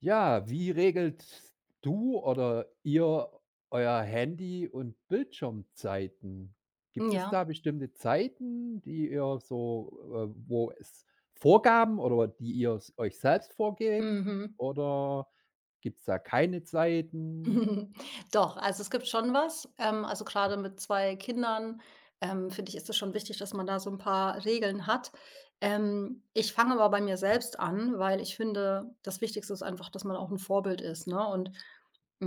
Ja, wie regelt du oder ihr euer Handy und Bildschirmzeiten? Gibt es Ja, da bestimmte Zeiten, die ihr so, wo es Vorgaben oder die ihr s euch selbst vorgebt mhm. oder gibt es da keine Zeiten? Doch, also es gibt schon was. Also grade mit 2 Kindern, finde ich, ist es schon wichtig, dass man da so ein paar Regeln hat. Ich fange aber bei mir selbst an, weil ich finde, das Wichtigste ist einfach, dass man auch ein Vorbild ist, ne? Und,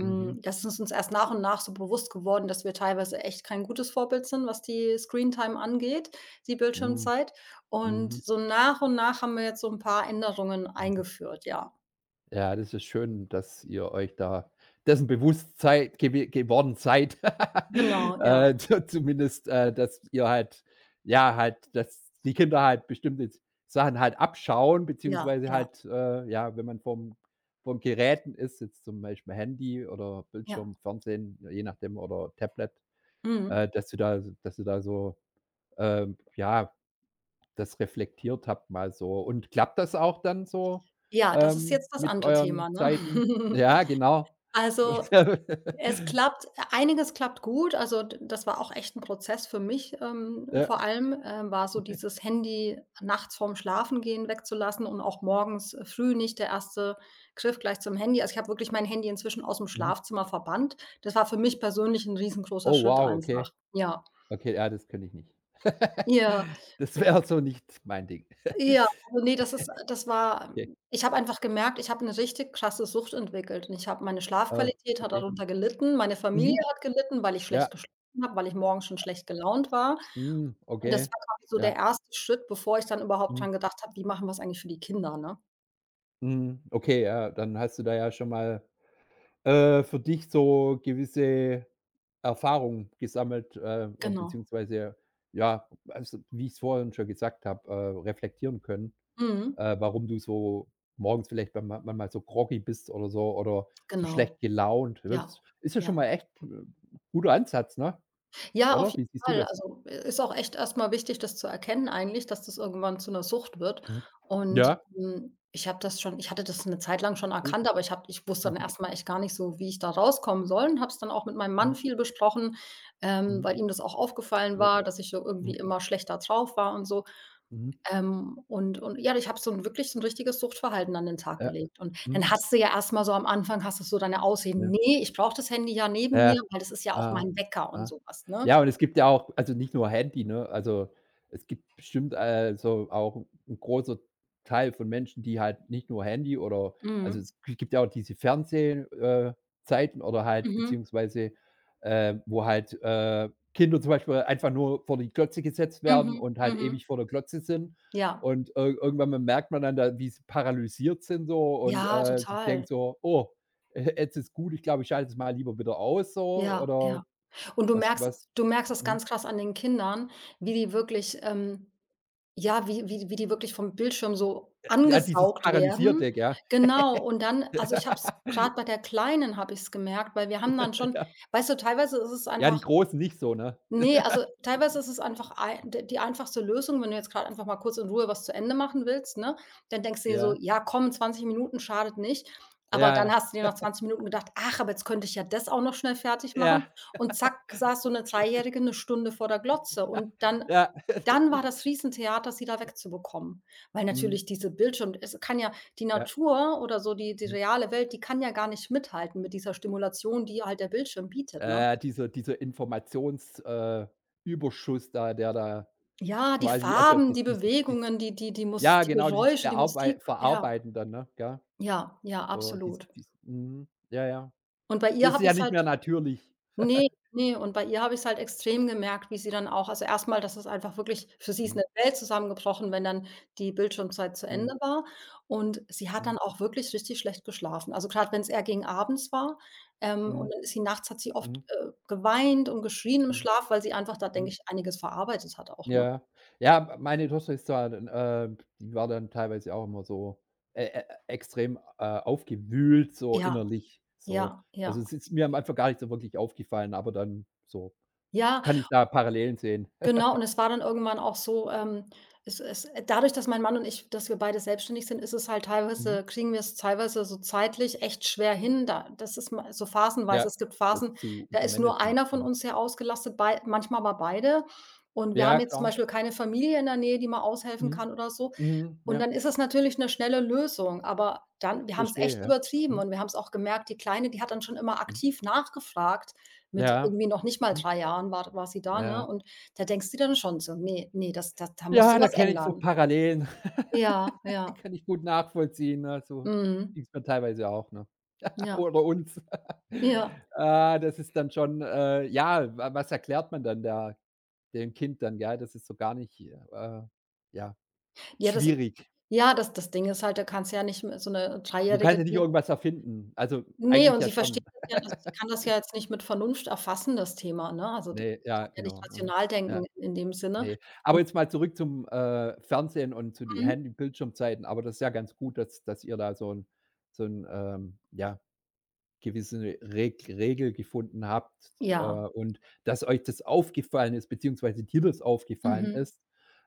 Mhm. das ist uns erst nach und nach so bewusst geworden, dass wir teilweise echt kein gutes Vorbild sind, was die Screentime angeht, die Mhm. Bildschirmzeit. Und Mhm. so nach und nach haben wir jetzt so ein paar Änderungen Mhm. eingeführt, ja. Ja, das ist schön, dass ihr euch da dessen bewusst seid gewe geworden seid. Genau, ja, zu zumindest, dass ihr halt ja, halt dass die Kinder halt bestimmte Sachen halt abschauen, ja, beziehungsweise ja. halt, ja, wenn man vom vorm Geräten ist, jetzt zum Beispiel Handy oder Ja, Bildschirm, Fernsehen, je nachdem oder Tablet, mhm. Dass du da so, ja das reflektiert habt mal so. Und klappt das auch dann so, Ja, das ist jetzt das mit andere Thema, euren Zeiten? ne? Ja, genau. Also, es klappt einiges klappt gut. Also, d das war auch echt ein Prozess für mich, vor Ja. allem, war so dieses Handy nachts vorm Schlafengehen wegzulassen und auch morgens früh nicht der erste Griff gleich zum Handy. Also, ich habe wirklich mein Handy inzwischen aus dem Mhm. Schlafzimmer verbannt. Das war für mich persönlich ein riesengroßer Oh Schritt wow, okay. einfach. Ja. Okay, ja, das könnte ich nicht. Ja. Das wäre so nicht mein Ding. Ja, also, ne, das ist das war Okay, ich habe einfach gemerkt, ich habe 'ne richtig krasse Sucht entwickelt und ich habe meine oh, Schlafqualität hat okay. darunter gelitten, meine Familie Mhm. hat gelitten, weil ich Ja, schlecht geschlafen habe, weil ich morgens schon schlecht gelaunt war. mhm, Und das okay. war quasi so der Ja, erste Schritt, bevor ich dann überhaupt mhm, dran gedacht habe: „Wie machen wir's eigentlich für die Kinder", ne? mhm, okay, ja, dann hast du da ja schon mal für dich so gewisse Erfahrungen gesammelt, Genau. beziehungsweise ja, also, wie ich es vorhin schon gesagt habe, reflektieren können, Mhm. Warum du so morgens vielleicht beim manchmal so groggy bist oder so Genau. schlecht gelaunt wirst. Ja. Ist ja schon Ja. mal echt 'n guter Ansatz, ne? Ja, auf Oder? jeden Wie siehst du Fall. das? Also, ist auch echt erstmal wichtig, das zu erkennen eigentlich, dass das irgendwann zu 'ner Sucht wird. Mhm. Und, Ja, hm, ich habe das schon ich hatte das 'ne Zeit lang schon gut. erkannt, aber ich wusste dann Mhm. erstmal mal echt gar nicht so, wie ich da rauskommen soll und habe es dann auch mit meinem Mann Mhm. viel besprochen, Mhm. weil ihm das auch aufgefallen Jo. war, dass ich so irgendwie Mhm. immer schlechter drauf war und so. Mhm. Und ja, ich habe so 'n wirklich so 'n richtiges Suchtverhalten an den Tag Ja. gelegt. Und Mhm. dann hast du ja erstmal so am Anfang hast du so deine Ausreden: Ja. „Ne, ich brauche das Handy ja neben Ja. mir, weil das ist ja auch Ah, mein Wecker" und ah. so was, ne? Ja, und es gibt ja auch also nicht nur Handy, ne? Also, es gibt bestimmt, so auch 'n großer Teil von Menschen, die halt nicht nur Handy oder also, Mhm. es g gibt ja auch diese Fernseh äh, Zeiten oder halt Mhm. beziehungsweise, wo halt, Kinder zum Beispiel einfach nur vor die Glotze gesetzt werden Mhm. und halt Mhm. ewig vor der Glotze sind Ja. und ir irgendwann mal merkt man dann da, wie sie paralysiert sind so und, Ja, sich total. denkt so: „Oh, jetzt ist gut, ich glaube, ich schalte es mal lieber wieder aus so Ja, ja. oder Und du merkst was du merkst das mhm." ganz krass an den Kindern, wie die wirklich, ja, wie die wirklich vom Bildschirm so Ja, dieses angesaugt werden. Paralysierte, gell? Genau, und dann also, ich habe es gerade bei der Kleinen habe ich es gemerkt, weil wir haben dann schon Ja. weißt du, teilweise ist es Ja, einfach die Großen nicht so, ne? Ne, also teilweise ist es einfach ei d die einfachste Lösung, wenn du jetzt grad einfach mal kurz in Ruhe was zu Ende machen willst, ne? Dann denkst du dir so: Ja. „Ja, komm, 20 Minuten schadet nicht." Aber Ja, dann ja. hast du dir nach 20 Minuten gedacht: „Ach, aber jetzt könnte ich ja das auch noch schnell fertig machen." Ja, Und zack, saß so 'ne Dreijährige 'ne Stunde vor der Glotze. Und dann ja. dann war das Riesentheater, sie da wegzubekommen. Weil Mhm. natürlich diese Bildschirm es kann ja die Ja. Natur oder so die Mhm. reale Welt, die kann ja gar nicht mithalten mit dieser Stimulation, die halt der Bildschirm bietet, ne? Dieser Informations Überschuss da, der da Ja, die quasi also Farben, d die dieses dies Bewegungen, ja, die genau, dieses Geräusche, die Bearbei Musik. Ja, Verarbeiten dann, ne, gell? ja, ja, So absolut. dieses dies mhm. Ja, ja. Und bei Das ihr ist habe ja ich's nicht mehr halt natürlich. Nee, nee, und bei ihr habe ich's halt extrem gemerkt, wie sie dann auch also, erstmal, dass es einfach wirklich für sie ist Mhm. eine Welt zusammengebrochen, wenn dann die Bildschirmzeit zu Ende Mhm. war. Und sie hat Mhm. dann auch wirklich richtig schlecht geschlafen. Also, gerade wenn es eher gegen abends war, und Mhm. dann ist sie nachts, hat sie oft, Mhm, geweint und geschrien im mhm, Schlaf, weil sie einfach da, denke mhm. ich, einiges verarbeitet hat auch, ne? Ja. Ja, meine Tochter ist da dann, die war dann teilweise auch immer so e e extrem, aufgewühlt, so Ja, innerlich, so. ja, Also, ja. es ist mir am Anfang gar nicht so wirklich aufgefallen, aber dann so Ja, kann ich da Parallelen sehen. genau, und es war dann irgendwann auch so, es es dadurch, dass mein Mann und ich, dass wir beide selbstständig sind, ist es halt Mhm. teilweise kriegen wir es teilweise so zeitlich echt schwer hin. Da das ist ma so Ja, phasenweise. Es gibt das Phasen, zu da ist nur managen. einer von Mhm. uns sehr ausgelastet, bei manchmal aber beide. Und wir haben Ja, jetzt zum klar. Beispiel keine Familie in der Nähe, die mal aushelfen Mhm, kann oder so. mhm, Und ja, dann ist es natürlich 'ne schnelle Lösung, aber dann wir haben's verstehe, echt ja. übertrieben und Mhm, wir haben's auch gemerkt, die Kleine, die hat dann schon immer mhm. aktiv nachgefragt. Mit Ja. irgendwie noch nicht mal Mhm, 3 Jahren war sie da, ne? ja. Und da denkst du dir dann schon so: „Ne, ne, das da da musst du Ja, da was kenne ich so ändern." Parallelen. Ja, Den ja. Kann ich gut nachvollziehen, ne? So Mhm. ging's mir teilweise auch, ne? Ja, Oder uns. ja. Ah, das ist dann schon, ja, wa was erklärt man dann da dem Kind dann, ja. Das ist so gar nicht, ja, Ja, das schwierig. ja, das Ding ist halt, da kannst du ja nicht mit so 'ne Du kannst Dreijährige, ja nicht die irgendwas erfinden. Also, ne, eigentlich und ja sie versteht schon. das ja also, sie kann das ja jetzt nicht mit Vernunft erfassen, das Thema, ne? Also, die Ne, kann ja, ja nicht genau. Mhm. rational denken Ja, in dem Sinne. ne. Aber jetzt mal zurück zum, Fernsehen und zu die Mhm. Handy-Bildschirmzeiten. Aber das ist ja ganz gut, dass ihr da so ein ja gewisse Regel gefunden habt, Ja, und dass euch das aufgefallen ist, beziehungsweise dir das aufgefallen mhm. ist.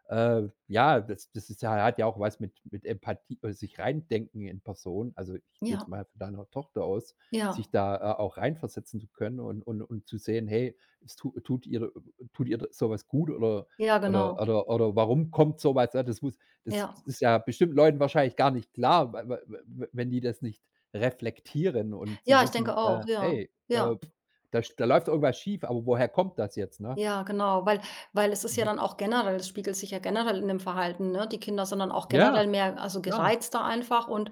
Ja, das ist ja hat ja auch was mit Empathie oder sich reindenken in Personen. Also, ich gehe Ja, jetzt mal von deiner Tochter aus, sich ja, da, auch reinversetzen zu können und zu sehen: „Hey, es tu tut ihr sowas gut oder ja, genau. Oder warum kommt sowas? Ja, das muss das Ja. ist ja bestimmt Leuten wahrscheinlich gar nicht klar, weil wenn die das nicht Reflektieren und zu Ja, ich wissen, denke auch, ja. hey, Ja, pf, da sch da läuft irgendwas schief, aber woher kommt das jetzt, ne?" ja, genau, weil Mhm. Es spiegelt sich ja generell in dem Verhalten, ne? Die Kinder sind dann auch Ja, generell mehr also, klar. gereizter einfach und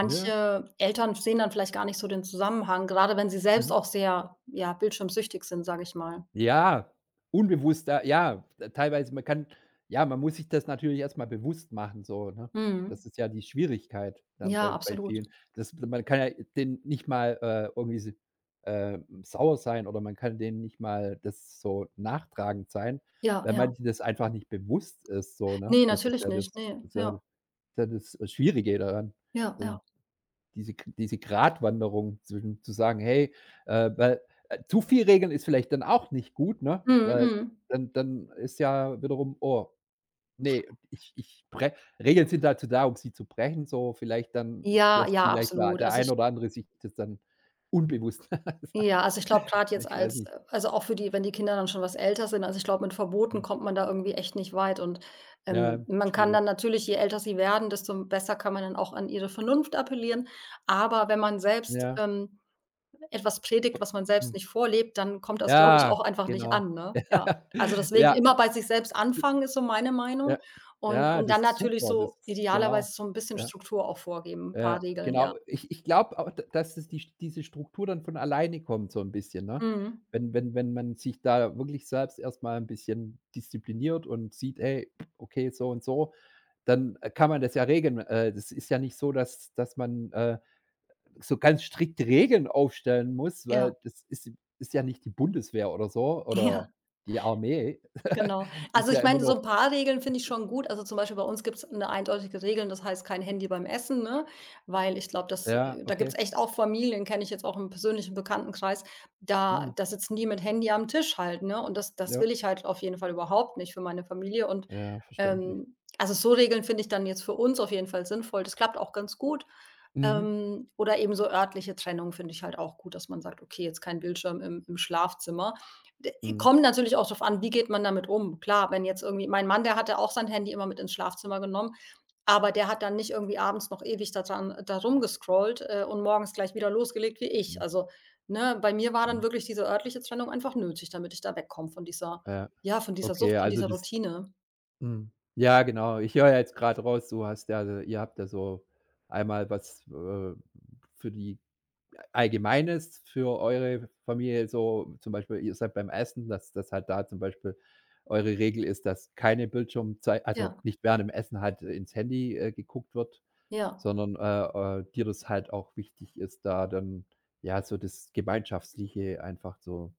Ja. Eltern sehen dann vielleicht gar nicht so den Zusammenhang, grade wenn sie selbst Mhm. auch sehr, ja, bildschirmsüchtig sind, sage ich mal. Ja, unbewusster ja, teilweise man kann ja, man muss sich das natürlich erst mal bewusst machen so, ne? Mhm. Das ist ja die Schwierigkeit dann Ja, bei absolut. vielen. Das man kann ja denen nicht mal, irgendwie si sauer sein oder man kann denen nicht mal das so nachtragend sein, Ja, weil ja. manchen das einfach nicht bewusst ist so, ne? Ne, natürlich Das nicht. Ne, ist ja ja, ja das Schwierige daran. ja, So, ja. diese Gratwanderung zwischen zu sagen: „Hey", weil, zu viel Regeln ist vielleicht dann auch nicht gut, ne? Mhm, Weil mhm. dann ist ja wiederum: „Oh, ne, ich bre". Regeln sind dazu da, um sie zu brechen, so vielleicht dann, Ja, dass ja, vielleicht der absolut. Also, ein ich oder andere sich das dann unbewusst sagt. Ja, also ich glaube gerade jetzt Ich weiß als nicht. Also auch für die wenn die Kinder dann schon was älter sind, also ich glaube, mit Verboten Hm, kommt man da irgendwie echt nicht weit und, ja, man kann schwierig. dann natürlich, je älter sie werden, desto besser kann man dann auch an ihre Vernunft appellieren. Aber wenn man selbst, Ja, etwas predigt, was man hm. selbst nicht vorlebt, dann kommt das, glaube ich, Ja, auch einfach nicht genau. an, ne? Ja. Also deswegen Ja. immer bei sich selbst anfangen, ist so meine Meinung Ja. und Ja, und das dann ist natürlich super, das so ist genau. idealerweise so ein bisschen Ja, Struktur auch vorgeben, ein paar ja, Regeln, ja. genau. Ich glaube auch, d dass es die diese Struktur dann von alleine kommt so 'n bisschen, ne? Mhm. Wenn man sich da wirklich selbst erst mal 'n bisschen diszipliniert und sieht: „Hey, okay, so und so", dann kann man das ja regeln. Das ist ja nicht so, dass man, so ganz strikte Regeln aufstellen muss, Ja, weil das ist ja nicht die Bundeswehr oder so ja. oder die Armee. Genau. Ist Also, ja ich immer meine, so ein noch paar Regeln finde ich schon gut. Also, zum Beispiel bei uns gibt es eine eindeutige Regeln, das heißt kein Handy beim Essen, ne? Weil ich glaube, das ja, da gibt okay. es echt auch Familien, kenne ich jetzt auch im persönlichen Bekanntenkreis, da Mhm. da sitzen die mit Handy am Tisch halt, ne? Und das Ja. will ich halt auf jeden Fall überhaupt nicht für meine Familie und, Ja, verständlich. Also, so Regeln finde ich dann jetzt für uns auf jeden Fall sinnvoll. Das klappt auch ganz gut. Mhm. Oder eben so örtliche Trennung finde ich halt auch gut, dass man sagt: „Okay, jetzt kein Bildschirm im Schlafzimmer." D Mhm. Kommt natürlich auch darauf an, wie geht man damit um? Klar, wenn jetzt irgendwie mein Mann, der hatte auch sein Handy immer mit ins Schlafzimmer genommen, aber der hat dann nicht irgendwie abends noch ewig da dran da rumgescrollt, und morgens gleich wieder losgelegt wie ich. Mhm. Also, ne, bei mir war dann Mhm. wirklich diese örtliche Trennung einfach nötig, damit ich da wegkomme von dieser Ja, ja, von dieser Sucht, okay, von also dieser das Routine. Mhm. Ja, genau. Ich höre ja jetzt grad raus, du hast ja also, ihr habt ja so einmal was, für die Allgemeines für eure Familie so zum Beispiel, ihr seid beim Essen, dass das halt da zum Beispiel eure Regel ist, dass keine Bildschirmzei also, Ja, nicht während dem Essen halt ins Handy, geguckt wird. ja. Sondern, dir das halt auch wichtig ist, da dann, ja, so das Gemeinschaftliche einfach so,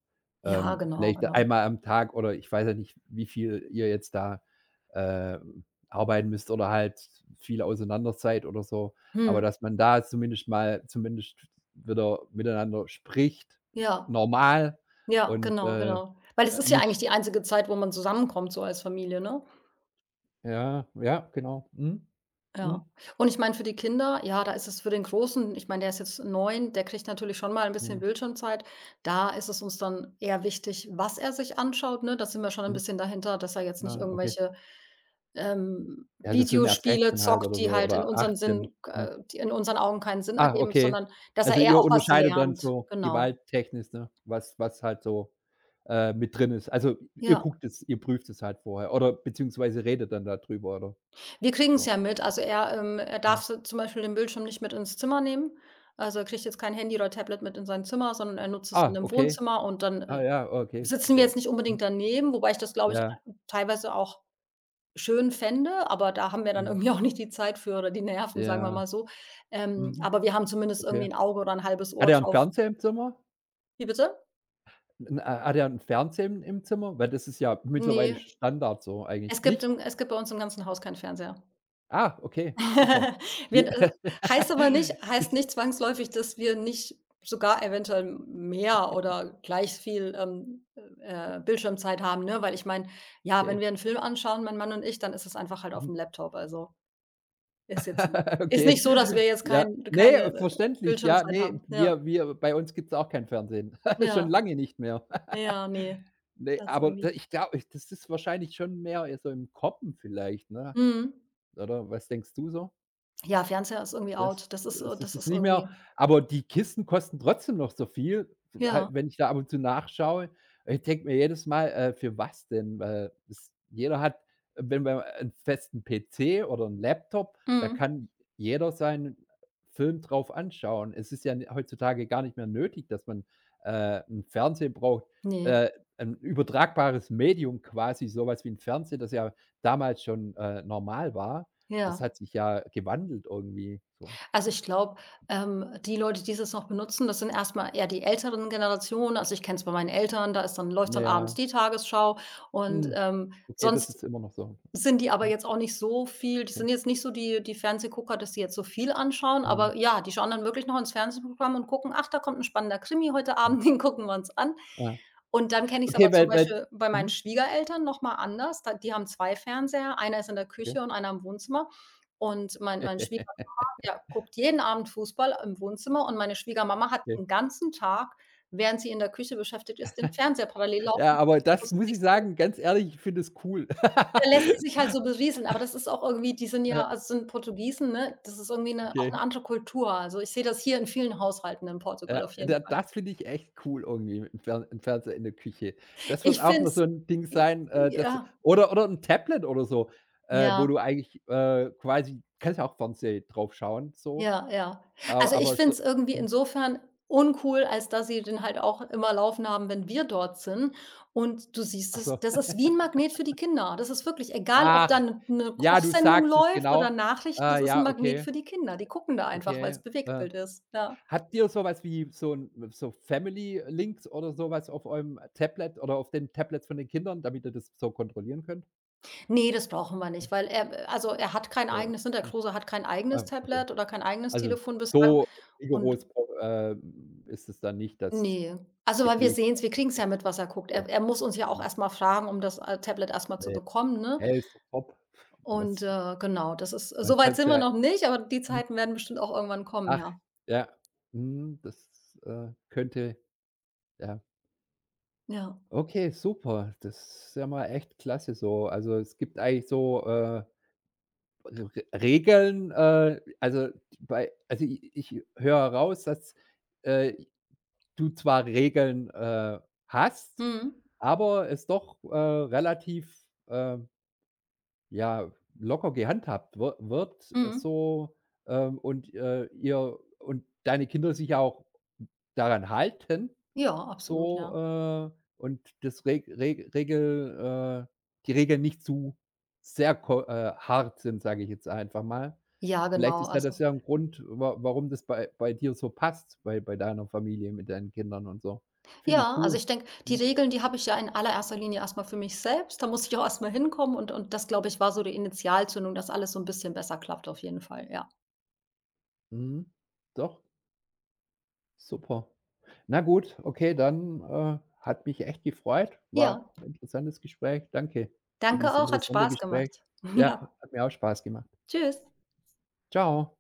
Ja, genau, vielleicht genau. einmal am Tag oder ich weiß ja nicht, wie viel ihr jetzt da, arbeiten müsst oder halt viel auseinander seid oder so, aber Mhm. dass man da zumindest mal zumindest wieder miteinander spricht, Ja. normal Ja, und, genau, genau. Weil es ist ja eigentlich nicht die einzige Zeit, wo man zusammenkommt, so als Familie, ne? ja, ja, genau. Mhm. Ja. Mhm. Und ich meine, für die Kinder, ja, da ist es für den Großen ich meine, der ist jetzt 9, der kriegt natürlich schon mal ein bisschen Ja, Bildschirmzeit. Da ist es uns dann eher wichtig, was er sich anschaut, ne? Da sind wir schon ein mhm. bisschen dahinter, dass er jetzt nicht Ah, okay. irgendwelche, Ja, so Filme ab Videospiele 16 halt zockt, oder so oder 18. Mhm. Die in unseren Augen keinen Sinn Ah, ergeben, okay. sondern dass Also, er eher ihr auch was unterscheidet dann lernt. so Genau. gewalttechnisch, ne, was halt so, mit drin ist. Also, ihr Ja. guckt es ihr prüft es halt vorher oder beziehungsweise redet dann da drüber oder Wir kriegen es so? ja mit. Also, er Mhm. darf so zum Beispiel den Bildschirm nicht mit ins Zimmer nehmen. Also, er kriegt jetzt kein Handy oder Tablet mit in sein Zimmer, sondern er nutzt es in Ah, dem okay. Wohnzimmer und dann, Ah ja, okay, sitzen wir jetzt so. nicht Mhm. unbedingt daneben, wobei ich das, glaube ich, Ja. Teilweise auch schön fände, aber da haben wir dann Mhm. irgendwie auch nicht die Zeit für oder die Nerven, sagen wir Ja. mal so. Mhm. Aber wir haben zumindest irgendwie Okay. ein Auge oder ein halbes Hat Ohr er 'n drauf. Fernseher im Zimmer? Wie bitte? 'N ha hat er 'n Fernseher im Zimmer? Weil das ist ja mittlerweile Ne, Standard so eigentlich. Nicht? Es gibt bei uns im ganzen Haus keinen Fernseher. Ah, okay, super. Wird Wie heißt aber nicht Heißt ich nicht zwangsläufig, dass wir nicht sogar eventuell mehr oder gleich viel, Bildschirmzeit haben, ne? Weil ich meine, ja, wenn okay. wir einen Film anschauen, mein Mann und ich, dann ist es einfach halt auf Mhm. dem Laptop. Also, ist jetzt ist Okay. nicht so, dass wir jetzt Ja. Ne, keine, verständlich, ja. Bildschirmzeit Ne, haben. Ja, wir bei uns gibt's auch kein Fernsehen. Schon ja, lange nicht mehr. ja, nee, Ne, das aber da irgendwie ich glaube, das ist wahrscheinlich schon mehr so im Kommen vielleicht, ne? mhm. Oder was denkst du so? Ja, Fernseher ist irgendwie Das out. Das ist, äh es ist das es ist nicht irgendwie mehr, aber die Kisten kosten trotzdem noch so viel, ha ja, wenn ich da ab und zu nachschaue. Ich denke mir jedes Mal: für was denn?" Weil es jeder hat wenn man einen festen PC oder 'n Laptop, da mhm, kann jeder seinen Film drauf anschauen. Es ist ja n heutzutage gar nicht mehr nötig, dass man, 'n Fernseher braucht, ne, äh, 'n übertragbares Medium quasi, so was wie 'n Fernseher, das ja damals schon, normal war. Das ja. hat sich ja gewandelt irgendwie so. Also, ich glaube, die Leute, die jetzt noch benutzen, das sind erstmal eher die älteren Generationen. Also, ich kenne es bei meinen Eltern, da ist dann läuft dann abends Ja. die Tagesschau und, Mhm. Okay, das sonst ist immer noch so. sind die aber jetzt auch nicht so viel die sind Okay. jetzt nicht so die Fernsehgucker, dass die jetzt so viel anschauen, Mhm. aber ja, die schauen dann wirklich noch ins Fernsehprogramm und gucken: „Ach, da kommt 'n spannender Krimi heute Mhm. Abend, den gucken wir uns an." Ja. Und dann kenne ich's aber Okay, zum weil Beispiel bei meinen mhm. Schwiegereltern noch mal anders. Da Die haben 2 Fernseher, einer ist in der Okay. Küche und einer im Wohnzimmer. Und mein Schwiegerpapa, der guckt jeden Abend Fußball im Wohnzimmer und meine Schwiegermama hat Okay. den ganzen Tag, während sie in der Küche beschäftigt ist, den Fernseher parallel Ja, laufen, aber wo das sie muss sich ich so sagen, ganz ehrlich, ich finde es cool. da lässt sie sich halt so berieseln, aber das ist auch irgendwie die sind Ja, ja also sind Portugiesen, ne? Das ist irgendwie 'ne auch 'ne okay. andere Kultur. Also, ich sehe das hier in vielen Haushalten in Portugal Ja, auf jeden da Fall. das finde ich echt cool irgendwie mit 'm Fern 'n Fernseher in der Küche. Das wird Ich auch finde noch es so 'n Ding j sein, das Ja, oder 'n Tablet oder so, ja, wo du eigentlich, quasi kannst ja auch Fernseh drauf schauen so, ja, ja. aber Also, ich finde so es irgendwie hm, insofern uncool, als dass sie den halt auch immer laufen haben, wenn wir dort sind. Und du siehst ach es, so. das ist wie 'n Magnet für die Kinder. Das ist wirklich egal, ob Ach. da 'ne Ja, du Kochsendung sagst es, läuft oder genau. Nachrichten, das ist 'n Ja, Magnet okay, für die Kinder. Die gucken da einfach, okay. weil's Äh, Bewegtbild ist, ja. habt ihr so was wie so 'n so Family Links oder so was auf eurem Tablet oder auf den Tablets von den Kindern, damit ihr das so kontrollieren könnt? Ne, das brauchen wir nicht, weil er also, er hat kein So, eigenes ne, der hm, Klose hat kein eigenes ah, okay. Tablet oder kein eigenes Also, Telefon bislang so und rigoros pro ist es dann nicht, dass ne. Also, weil wir geprüft sehen es, wir kriegen es ja mit, was er guckt. Er wird. er muss uns ja auch Hm, erst mal fragen, um das, Tablet erst mal zu ne. bekommen, ne? Hey, ist doch top. Und, Was genau, das ist man so weit kann's sind wir ja noch nicht, aber die hm, Zeiten werden bestimmt auch irgendwann kommen, ach, ja. ja. Mhm, das, könnte ja. Ja. Okay, super. Das ist ja mal echt klasse so. Also, es gibt eigentlich so, Re Regeln, also bei also i ich höre raus, dass, äh, du zwar Regeln, hast, Mhm. aber es doch, relativ, ja, locker gehandhabt wird Mhm. so, und, ihr und deine Kinder sich auch daran halten. Ja, absolut, So, ja. Und das Regel die Regeln nicht zu sehr ko hart sind, sage ich jetzt einfach mal. Ja, Vielleicht genau, ist ja das also ja 'n Grund, wa warum das bei dir so passt, bei deiner Familie mit deinen Kindern und so. Finde ich Ja, also cool. ich denke, die Mhm, Regeln, die habe ich ja in allererster Linie erstmal für mich selbst. Da muss ich auch erstmal hinkommen und das, glaube ich, war so die Initialzündung, dass alles so ein bisschen besser klappt auf jeden Fall, ja. mhm. Doch, super. Na gut, okay, dann, hat mich echt gefreut. War Ja, 'n interessantes Gespräch. Danke für danke dieses auch, hat interessante Spaß Gespräch. gemacht. Ja, Ja, hat mir auch Spaß gemacht. tschüss. Tschau.